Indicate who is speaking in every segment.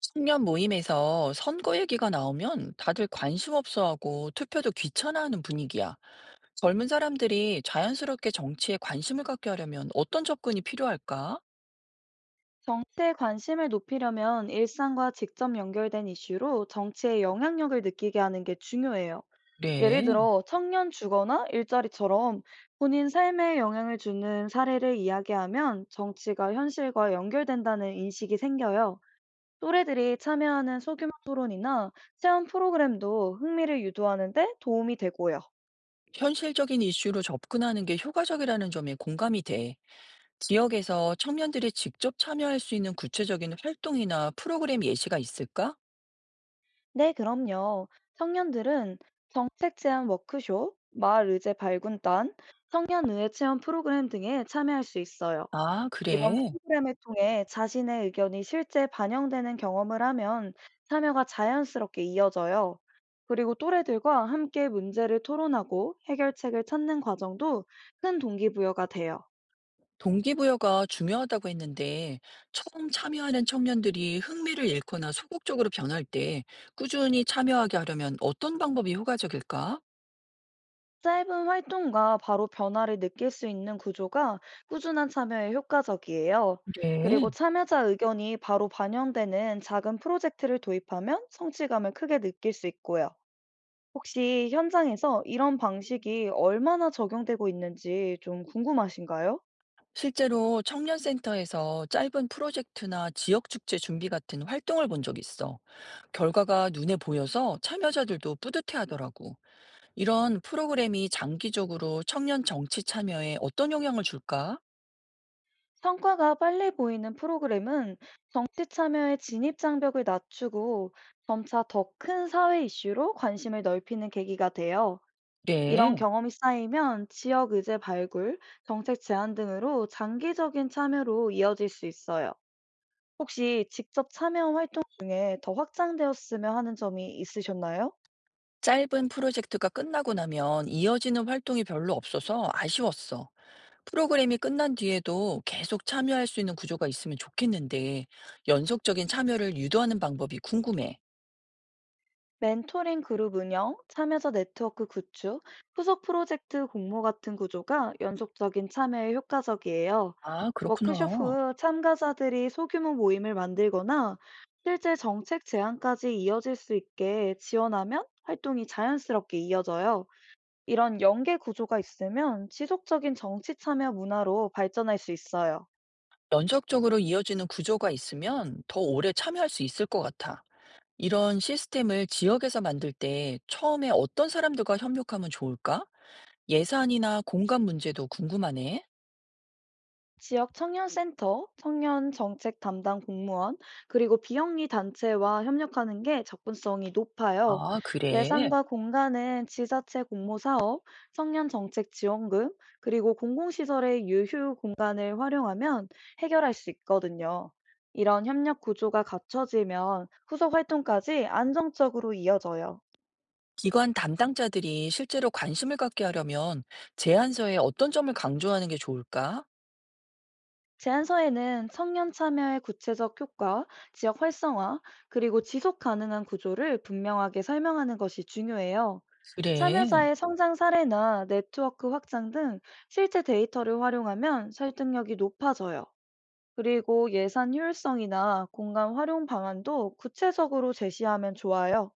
Speaker 1: 청년 모임에서 선거 얘기가 나오면 다들 관심 없어하고 투표도 귀찮아하는 분위기야. 젊은 사람들이 자연스럽게 정치에 관심을 갖게 하려면 어떤 접근이 필요할까?
Speaker 2: 정치에 관심을 높이려면 일상과 직접 연결된 이슈로 정치의 영향력을 느끼게 하는 게 중요해요. 예를
Speaker 1: 그래.
Speaker 2: 들어 청년 주거나 일자리처럼 본인 삶에 영향을 주는 사례를 이야기하면 정치가 현실과 연결된다는 인식이 생겨요. 또래들이 참여하는 소규모 토론이나 체험 프로그램도 흥미를 유도하는 데 도움이 되고요.
Speaker 1: 현실적인 이슈로 접근하는 게 효과적이라는 점에 공감이 돼. 지역에서 청년들이 직접 참여할 수 있는 구체적인 활동이나 프로그램 예시가 있을까?
Speaker 2: 네, 그럼요. 청년들은 정책 제안 워크숍, 마을 의제 발굴단, 청년의회 체험 프로그램 등에 참여할 수 있어요.
Speaker 1: 아,
Speaker 2: 이런
Speaker 1: 그래.
Speaker 2: 프로그램을 통해 자신의 의견이 실제 반영되는 경험을 하면 참여가 자연스럽게 이어져요. 그리고 또래들과 함께 문제를 토론하고 해결책을 찾는 과정도 큰 동기부여가 돼요.
Speaker 1: 동기부여가 중요하다고 했는데, 처음 참여하는 청년들이 흥미를 잃거나 소극적으로 변할 때 꾸준히 참여하게 하려면 어떤 방법이 효과적일까?
Speaker 2: 짧은 활동과 바로 변화를 느낄 수 있는 구조가 꾸준한 참여에 효과적이에요.
Speaker 1: 네.
Speaker 2: 그리고 참여자 의견이 바로 반영되는 작은 프로젝트를 도입하면 성취감을 크게 느낄 수 있고요. 혹시 현장에서 이런 방식이 얼마나 적용되고 있는지 좀 궁금하신가요?
Speaker 1: 실제로 청년센터에서 짧은 프로젝트나 지역축제 준비 같은 활동을 본 적 있어. 결과가 눈에 보여서 참여자들도 뿌듯해하더라고. 이런 프로그램이 장기적으로 청년 정치 참여에 어떤 영향을 줄까?
Speaker 2: 성과가 빨리 보이는 프로그램은 정치 참여의 진입 장벽을 낮추고 점차 더 큰 사회 이슈로 관심을 넓히는 계기가 돼요. 이런
Speaker 1: 네.
Speaker 2: 경험이 쌓이면 지역 의제 발굴, 정책 제안 등으로 장기적인 참여로 이어질 수 있어요. 혹시 직접 참여한 활동 중에 더 확장되었으면 하는 점이 있으셨나요?
Speaker 1: 짧은 프로젝트가 끝나고 나면 이어지는 활동이 별로 없어서 아쉬웠어. 프로그램이 끝난 뒤에도 계속 참여할 수 있는 구조가 있으면 좋겠는데, 연속적인 참여를 유도하는 방법이 궁금해.
Speaker 2: 멘토링 그룹 운영, 참여자 네트워크 구축, 후속 프로젝트 공모 같은 구조가 연속적인 참여에 효과적이에요.
Speaker 1: 아, 그렇구나.
Speaker 2: 워크숍 후 참가자들이 소규모 모임을 만들거나 실제 정책 제안까지 이어질 수 있게 지원하면 활동이 자연스럽게 이어져요. 이런 연계 구조가 있으면 지속적인 정치 참여 문화로 발전할 수 있어요.
Speaker 1: 연속적으로 이어지는 구조가 있으면 더 오래 참여할 수 있을 것 같아. 이런 시스템을 지역에서 만들 때 처음에 어떤 사람들과 협력하면 좋을까? 예산이나 공간 문제도 궁금하네.
Speaker 2: 지역 청년센터, 청년 정책 담당 공무원, 그리고 비영리 단체와 협력하는 게 접근성이 높아요.
Speaker 1: 아, 그래.
Speaker 2: 예산과 공간은 지자체 공모사업, 청년 정책 지원금, 그리고 공공시설의 유휴 공간을 활용하면 해결할 수 있거든요. 이런 협력 구조가 갖춰지면 후속 활동까지 안정적으로 이어져요.
Speaker 1: 기관 담당자들이 실제로 관심을 갖게 하려면 제안서에 어떤 점을 강조하는 게 좋을까?
Speaker 2: 제안서에는 청년 참여의 구체적 효과, 지역 활성화, 그리고 지속 가능한 구조를 분명하게 설명하는 것이 중요해요.
Speaker 1: 그래.
Speaker 2: 참여자의 성장 사례나 네트워크 확장 등 실제 데이터를 활용하면 설득력이 높아져요. 그리고 예산 효율성이나 공간 활용 방안도 구체적으로 제시하면 좋아요.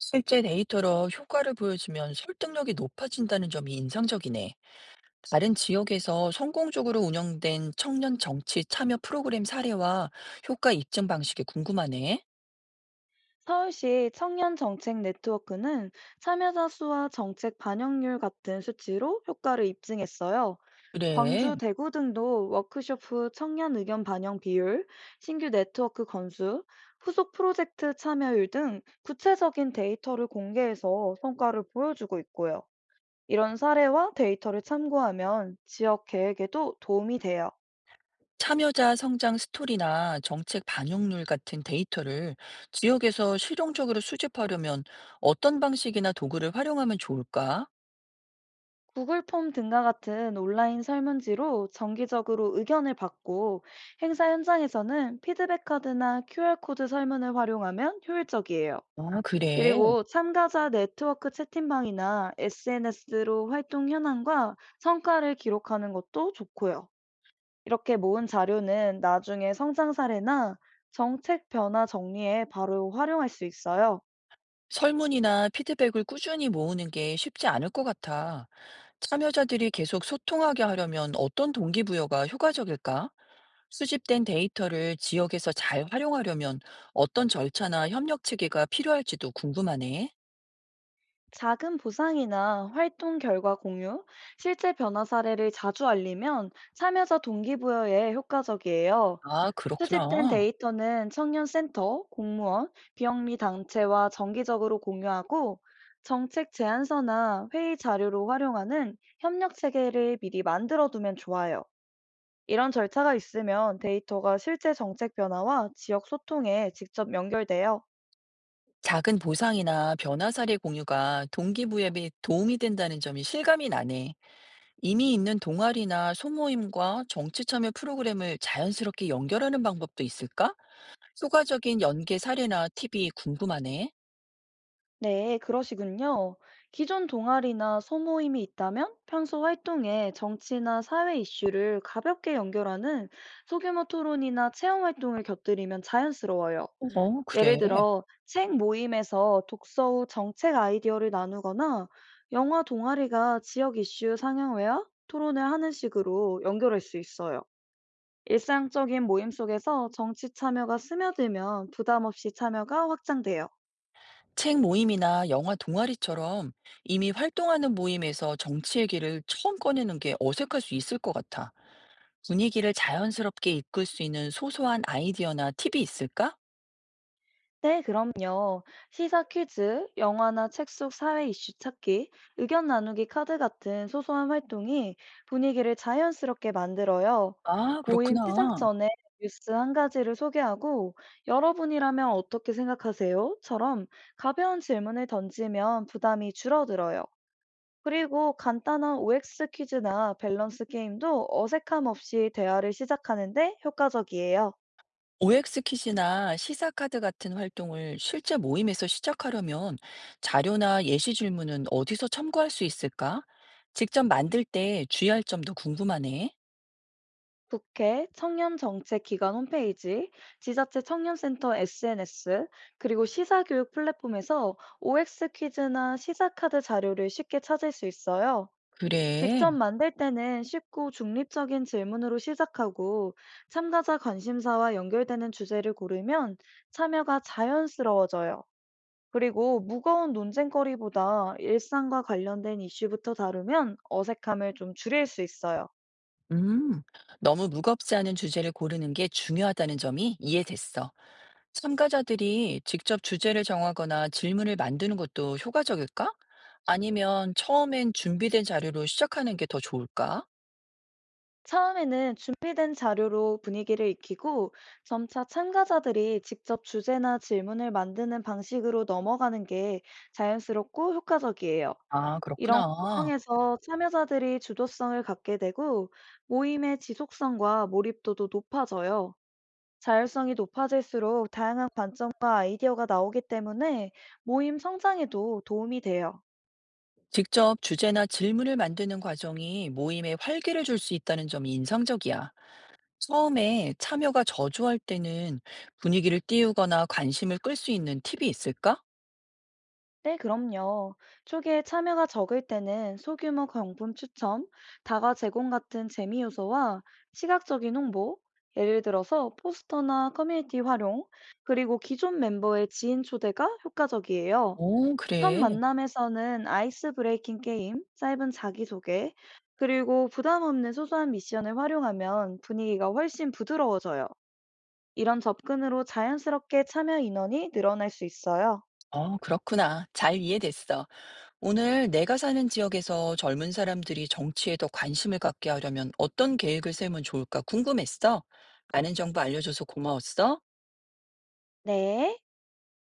Speaker 1: 실제 데이터로 효과를 보여주면 설득력이 높아진다는 점이 인상적이네. 다른 지역에서 성공적으로 운영된 청년 정치 참여 프로그램 사례와 효과 입증 방식이 궁금하네.
Speaker 2: 서울시 청년 정책 네트워크는 참여자 수와 정책 반영률 같은 수치로 효과를 입증했어요. 광주,
Speaker 1: 그래.
Speaker 2: 대구 등도 워크숍 후 청년 의견 반영 비율, 신규 네트워크 건수, 후속 프로젝트 참여율 등 구체적인 데이터를 공개해서 성과를 보여주고 있고요. 이런 사례와 데이터를 참고하면 지역 계획에도 도움이 돼요.
Speaker 1: 참여자 성장 스토리나 정책 반영률 같은 데이터를 지역에서 실용적으로 수집하려면 어떤 방식이나 도구를 활용하면 좋을까?
Speaker 2: 구글 폼 등과 같은 온라인 설문지로 정기적으로 의견을 받고 행사 현장에서는 피드백 카드나 QR코드 설문을 활용하면 효율적이에요.
Speaker 1: 아, 그래.
Speaker 2: 그리고 참가자 네트워크 채팅방이나 SNS로 활동 현황과 성과를 기록하는 것도 좋고요. 이렇게 모은 자료는 나중에 성장 사례나 정책 변화 정리에 바로 활용할 수 있어요.
Speaker 1: 설문이나 피드백을 꾸준히 모으는 게 쉽지 않을 것 같아. 참여자들이 계속 소통하게 하려면 어떤 동기부여가 효과적일까? 수집된 데이터를 지역에서 잘 활용하려면 어떤 절차나 협력 체계가 필요할지도 궁금하네.
Speaker 2: 작은 보상이나 활동 결과 공유, 실제 변화 사례를 자주 알리면 참여자 동기부여에 효과적이에요.
Speaker 1: 아, 그렇구나.
Speaker 2: 수집된 데이터는 청년센터, 공무원, 비영리 단체와 정기적으로 공유하고 정책 제안서나 회의 자료로 활용하는 협력 체계를 미리 만들어 두면 좋아요. 이런 절차가 있으면 데이터가 실제 정책 변화와 지역 소통에 직접 연결돼요.
Speaker 1: 작은 보상이나 변화 사례 공유가 동기부여에 도움이 된다는 점이 실감이 나네. 이미 있는 동아리나 소모임과 정치 참여 프로그램을 자연스럽게 연결하는 방법도 있을까? 소가적인 연계 사례나 팁이 궁금하네.
Speaker 2: 네, 그러시군요. 기존 동아리나 소모임이 있다면 평소 활동에 정치나 사회 이슈를 가볍게 연결하는 소규모 토론이나 체험 활동을 곁들이면 자연스러워요.
Speaker 1: 어, 그래.
Speaker 2: 예를 들어, 책 모임에서 독서 후 정책 아이디어를 나누거나 영화 동아리가 지역 이슈 상영회와 토론을 하는 식으로 연결할 수 있어요. 일상적인 모임 속에서 정치 참여가 스며들면 부담 없이 참여가 확장돼요.
Speaker 1: 책 모임이나 영화 동아리처럼 이미 활동하는 모임에서 정치 얘기를 처음 꺼내는 게 어색할 수 있을 것 같아. 분위기를 자연스럽게 이끌 수 있는 소소한 아이디어나 팁이 있을까?
Speaker 2: 네, 그럼요. 시사 퀴즈, 영화나 책 속 사회 이슈 찾기, 의견 나누기 카드 같은 소소한 활동이 분위기를 자연스럽게 만들어요.
Speaker 1: 아,
Speaker 2: 모임 시작
Speaker 1: 그렇구나.
Speaker 2: 전에 뉴스 한 가지를 소개하고, 여러분이라면 어떻게 생각하세요?처럼 가벼운 질문을 던지면 부담이 줄어들어요. 그리고 간단한 OX 퀴즈나 밸런스 게임도 어색함 없이 대화를 시작하는데 효과적이에요.
Speaker 1: OX 퀴즈나 시사카드 같은 활동을 실제 모임에서 시작하려면 자료나 예시 질문은 어디서 참고할 수 있을까? 직접 만들 때 주의할 점도 궁금하네.
Speaker 2: 국회 청년정책기관 홈페이지, 지자체 청년센터 SNS, 그리고 시사교육 플랫폼에서 OX 퀴즈나 시사카드 자료를 쉽게 찾을 수 있어요. 직접
Speaker 1: 그래.
Speaker 2: 만들 때는 쉽고 중립적인 질문으로 시작하고 참가자 관심사와 연결되는 주제를 고르면 참여가 자연스러워져요. 그리고 무거운 논쟁거리보다 일상과 관련된 이슈부터 다루면 어색함을 좀 줄일 수 있어요.
Speaker 1: 음, 너무 무겁지 않은 주제를 고르는 게 중요하다는 점이 이해됐어. 참가자들이 직접 주제를 정하거나 질문을 만드는 것도 효과적일까? 아니면 처음엔 준비된 자료로 시작하는 게 더 좋을까?
Speaker 2: 처음에는 준비된 자료로 분위기를 익히고 점차 참가자들이 직접 주제나 질문을 만드는 방식으로 넘어가는 게 자연스럽고 효과적이에요.
Speaker 1: 아,
Speaker 2: 이런
Speaker 1: 그렇구나.
Speaker 2: 과정에서 참여자들이 주도성을 갖게 되고 모임의 지속성과 몰입도도 높아져요. 자율성이 높아질수록 다양한 관점과 아이디어가 나오기 때문에 모임 성장에도 도움이 돼요.
Speaker 1: 직접 주제나 질문을 만드는 과정이 모임에 활기를 줄 수 있다는 점이 인상적이야. 처음에 참여가 저조할 때는 분위기를 띄우거나 관심을 끌 수 있는 팁이 있을까?
Speaker 2: 네, 그럼요. 초기에 참여가 적을 때는 소규모 경품 추첨, 다과 제공 같은 재미 요소와 시각적인 홍보, 예를 들어서 포스터나 커뮤니티 활용, 그리고 기존 멤버의 지인 초대가 효과적이에요.
Speaker 1: 오,
Speaker 2: 첫
Speaker 1: 그래.
Speaker 2: 만남에서는 아이스 브레이킹 게임, 짧은 자기소개, 그리고 부담 없는 소소한 미션을 활용하면 분위기가 훨씬 부드러워져요. 이런 접근으로 자연스럽게 참여 인원이 늘어날 수 있어요.
Speaker 1: 어, 그렇구나. 잘 이해됐어. 오늘 내가 사는 지역에서 젊은 사람들이 정치에 더 관심을 갖게 하려면 어떤 계획을 세우면 좋을까 궁금했어. 많은 정보 알려줘서 고마웠어.
Speaker 2: 네.